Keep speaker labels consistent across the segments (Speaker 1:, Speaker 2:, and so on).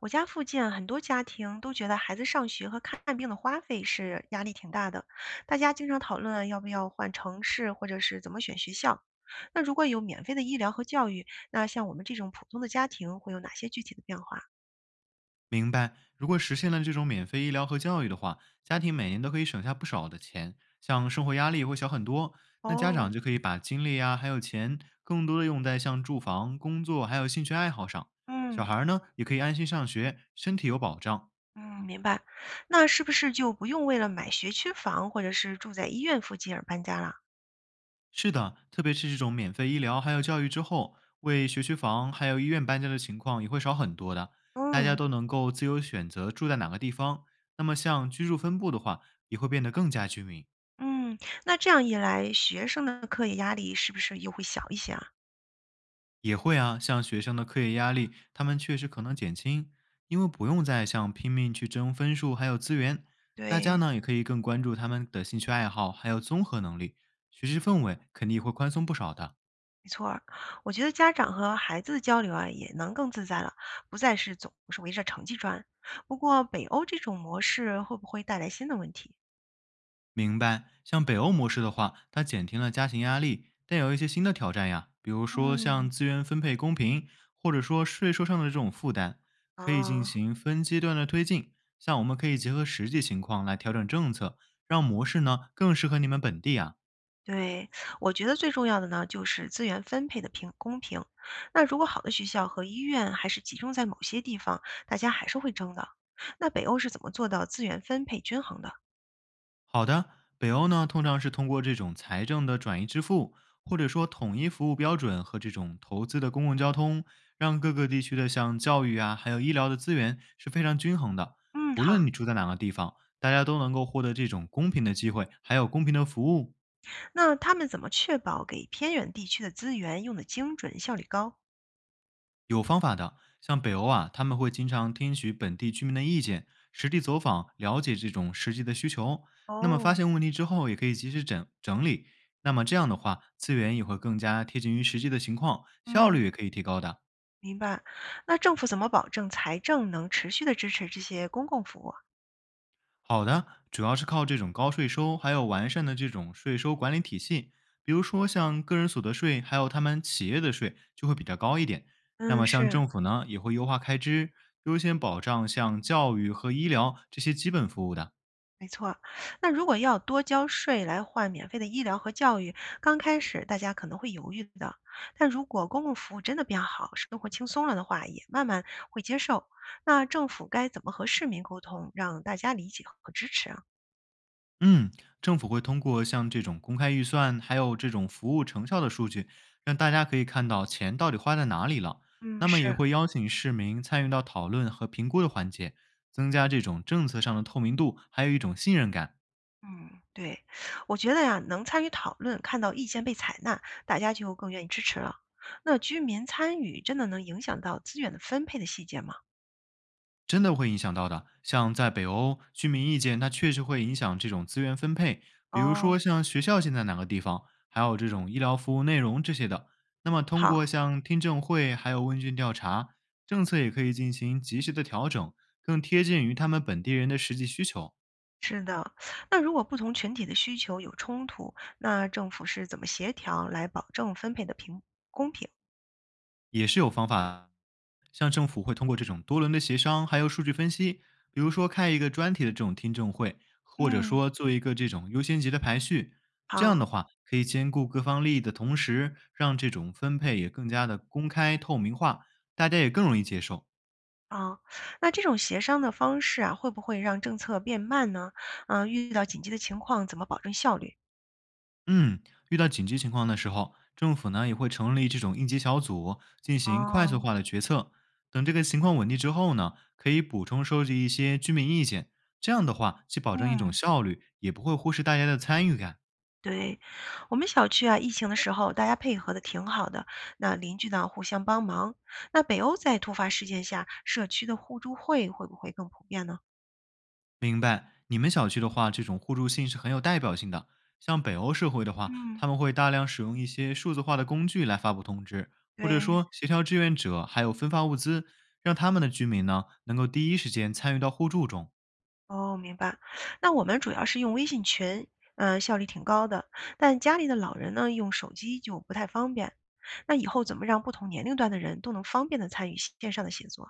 Speaker 1: 我家附近啊很多家庭都觉得孩子上学和看病的花费是压力挺大的，大家经常讨论啊要不要换城市，或者是怎么选学校。那如果有免费的医疗和教育，那像我们这种普通的家庭会有哪些具体的变化？
Speaker 2: 明白。如果实现了这种免费医疗和教育的话，家庭每年都可以省下不少的钱，像生活压力会小很多。那家
Speaker 1: 哦，
Speaker 2: 长就可以把精力啊，还有钱，更多的用在像住房、工作还有兴趣爱好上。小
Speaker 1: 嗯
Speaker 2: 孩儿呢，也可以安心上学，身体有保障。
Speaker 1: 嗯，明白。那是不是就不用为了买学区房或者是住在医院附近而搬家了？
Speaker 2: 是的，特别是这种免费医疗还有教育之后，为学区房还有医院搬家的情况也会少很多的。大家
Speaker 1: 嗯
Speaker 2: 都能够自由选择住在哪个地方，那么像居住分布的话，也会变得更加均匀。
Speaker 1: 嗯，那这样一来，学生的课业压力是不是又会小一些啊？
Speaker 2: 也会啊，像学生的课业压力，他们确实可能减轻，因为不用再像拼命去争分数还有资源。大家
Speaker 1: 对。
Speaker 2: 呢也可以更关注他们的兴趣爱好，还有综合能力，学习氛围肯定也会宽松不少的。
Speaker 1: 没错儿，我觉得家长和孩子的交流啊，也能更自在了，不再是总是围着成绩转。不过，北欧这种模式会不会带来新的问题？
Speaker 2: 明白。像北欧模式的话，它减轻了家庭压力，但有一些新的挑战呀，比如说像
Speaker 1: 嗯，
Speaker 2: 资源分配公平，或者说税收上的这种负担，可以进
Speaker 1: 哦，
Speaker 2: 行分阶段的推进。像我们可以结合实际情况来调整政策，让模式呢更适合你们本地啊。
Speaker 1: 对，我觉得最重要的呢，就是资源分配的平公平。那如果好的学校和医院还是集中在某些地方，大家还是会争的。那北欧是怎么做到资源分配均衡的？
Speaker 2: 好的，北欧呢通常是通过这种财政的转移支付，或者说统一服务标准和这种投资的公共交通，让各个地区的像教育啊，还有医疗的资源是非常均衡的。
Speaker 1: 嗯，
Speaker 2: 不
Speaker 1: 好，
Speaker 2: 论你住在哪个地方，大家都能够获得这种公平的机会，还有公平的服务。
Speaker 1: 那他们怎么确保给偏远地区的资源用的精准、效率高？
Speaker 2: 有方法的，像北欧啊，他们会经常听取本地居民的意见，实地走访，了解这种实际的需求。
Speaker 1: 哦
Speaker 2: 那么发
Speaker 1: 哦，
Speaker 2: 现问题之后，也可以及时整理。那么这样的话，资源也会更加贴近于实际的情况，效率
Speaker 1: 嗯。
Speaker 2: 也可以提高的。
Speaker 1: 明白。那政府怎么保证财政能持续的支持这些公共服务啊。
Speaker 2: 好的，主要是靠这种高税收，还有完善的这种税收管理体系，比如说像个人所得税，还有他们企业的税就会比较高一点。那
Speaker 1: 嗯，
Speaker 2: 么像
Speaker 1: 是，
Speaker 2: 政府呢，也会优化开支，优先保障像教育和医疗这些基本服务的。
Speaker 1: 没错。那如果要多交税来换免费的医疗和教育，刚开始大家可能会犹豫的。但如果公共服务真的变好，生活轻松了的话，也慢慢会接受。那政府该怎么和市民沟通，让大家理解和支持啊？
Speaker 2: 嗯，政府会通过像这种公开预算，还有这种服务成效的数据，让大家可以看到钱到底花在哪里了。
Speaker 1: 嗯，
Speaker 2: 那么也
Speaker 1: 是。
Speaker 2: 会邀请市民参与到讨论和评估的环节，增加这种政策上的透明度，还有一种信任感。
Speaker 1: 嗯，对，我觉得呀，能参与讨论，看到意见被采纳，大家就更愿意支持了。那居民参与真的能影响到资源的分配的细节吗？
Speaker 2: 真的会影响到的。像在北欧，居民意见它确实会影响这种资源分配，比如
Speaker 1: 哦，
Speaker 2: 说像学校建在哪个地方，还有这种医疗服务内容这些的。那么通过
Speaker 1: 好，
Speaker 2: 像听证会还有问卷调查，政策也可以进行及时的调整，更贴近于他们本地人的实际需求。
Speaker 1: 是的。那如果不同群体的需求有冲突，那政府是怎么协调来保证分配的平公平？
Speaker 2: 也是有方法的。像政府会通过这种多轮的协商，还有数据分析，比如说开一个专题的这种听证会，或者
Speaker 1: 嗯，
Speaker 2: 说做一个这种优先级的排序。这
Speaker 1: 好
Speaker 2: 样的话，可以兼顾各方利益的同时，让这种分配也更加的公开透明化，大家也更容易接受。
Speaker 1: 啊。那这种协商的方式啊，会不会让政策变慢呢？遇到紧急的情况，怎么保证效率？
Speaker 2: 嗯，遇到紧急情况的时候，政府呢也会成立这种应急小组，进行快速
Speaker 1: 哦，
Speaker 2: 化的决策。等这个情况稳定之后呢，可以补充收集一些居民意见，这样的话既保证一种
Speaker 1: 嗯。
Speaker 2: 效率，也不会忽视大家的参与感。
Speaker 1: 对，我们小区啊，疫情的时候大家配合的挺好的，那邻居呢互相帮忙。那北欧在突发事件下，社区的互助会会不会更普遍呢？
Speaker 2: 明白？你们小区的话，这种互助性是很有代表性的。像北欧社会的话，
Speaker 1: 嗯，
Speaker 2: 他们会大量使用一些数字化的工具来发布通知，或者
Speaker 1: 对，
Speaker 2: 说协调志愿者，还有分发物资，让他们的居民呢能够第一时间参与到互助中。
Speaker 1: 哦，明白。那我们主要是用微信群，效率挺高的，但家里的老人呢用手机就不太方便。那以后怎么让不同年龄段的人都能方便的参与线上的写作？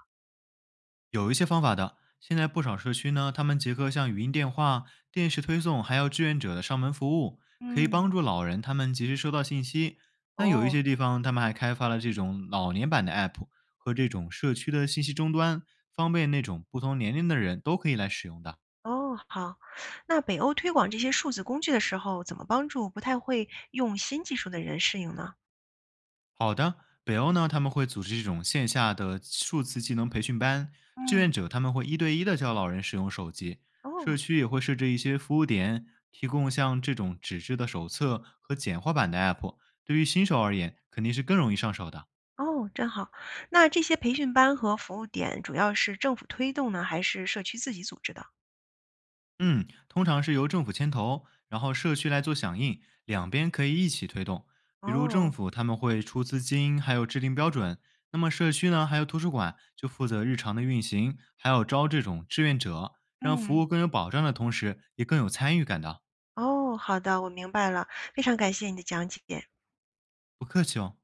Speaker 2: 有一些方法的。现在不少社区呢，他们结合像语音电话、电视推送，还有志愿者的上门服务，可以
Speaker 1: 嗯，
Speaker 2: 帮助老人他们及时收到信息。那有一
Speaker 1: 哦。
Speaker 2: 些地方，他们还开发了这种老年版的 app 和这种社区的信息终端，方便那种不同年龄的人都可以来使用的。
Speaker 1: 哦，好。那北欧推广这些数字工具的时候，怎么帮助不太会用新技术的人适应呢？
Speaker 2: 好的，北欧呢，他们会组织这种线下的数字技能培训班，志愿
Speaker 1: 嗯，
Speaker 2: 者他们会一对一的教老人使用手机，
Speaker 1: 哦
Speaker 2: 社区也会设置一些服务点，提供像这种纸质的手册和简化版的 app，对于新手而言肯定是更容易上手的。
Speaker 1: 哦，真好。那这些培训班和服务点主要是政府推动呢，还是社区自己组织的？
Speaker 2: 嗯，通常是由政府牵头，然后社区来做响应，两边可以一起推动。比如政
Speaker 1: 哦，
Speaker 2: 府他们会出资金，还有制定标准。那么社区呢，还有图书馆就负责日常的运行，还有招这种志愿者，让服
Speaker 1: 嗯，
Speaker 2: 务更有保障的同时，也更有参与感的。
Speaker 1: 哦，好的，我明白了，非常感谢你的讲解。
Speaker 2: 不客气哦。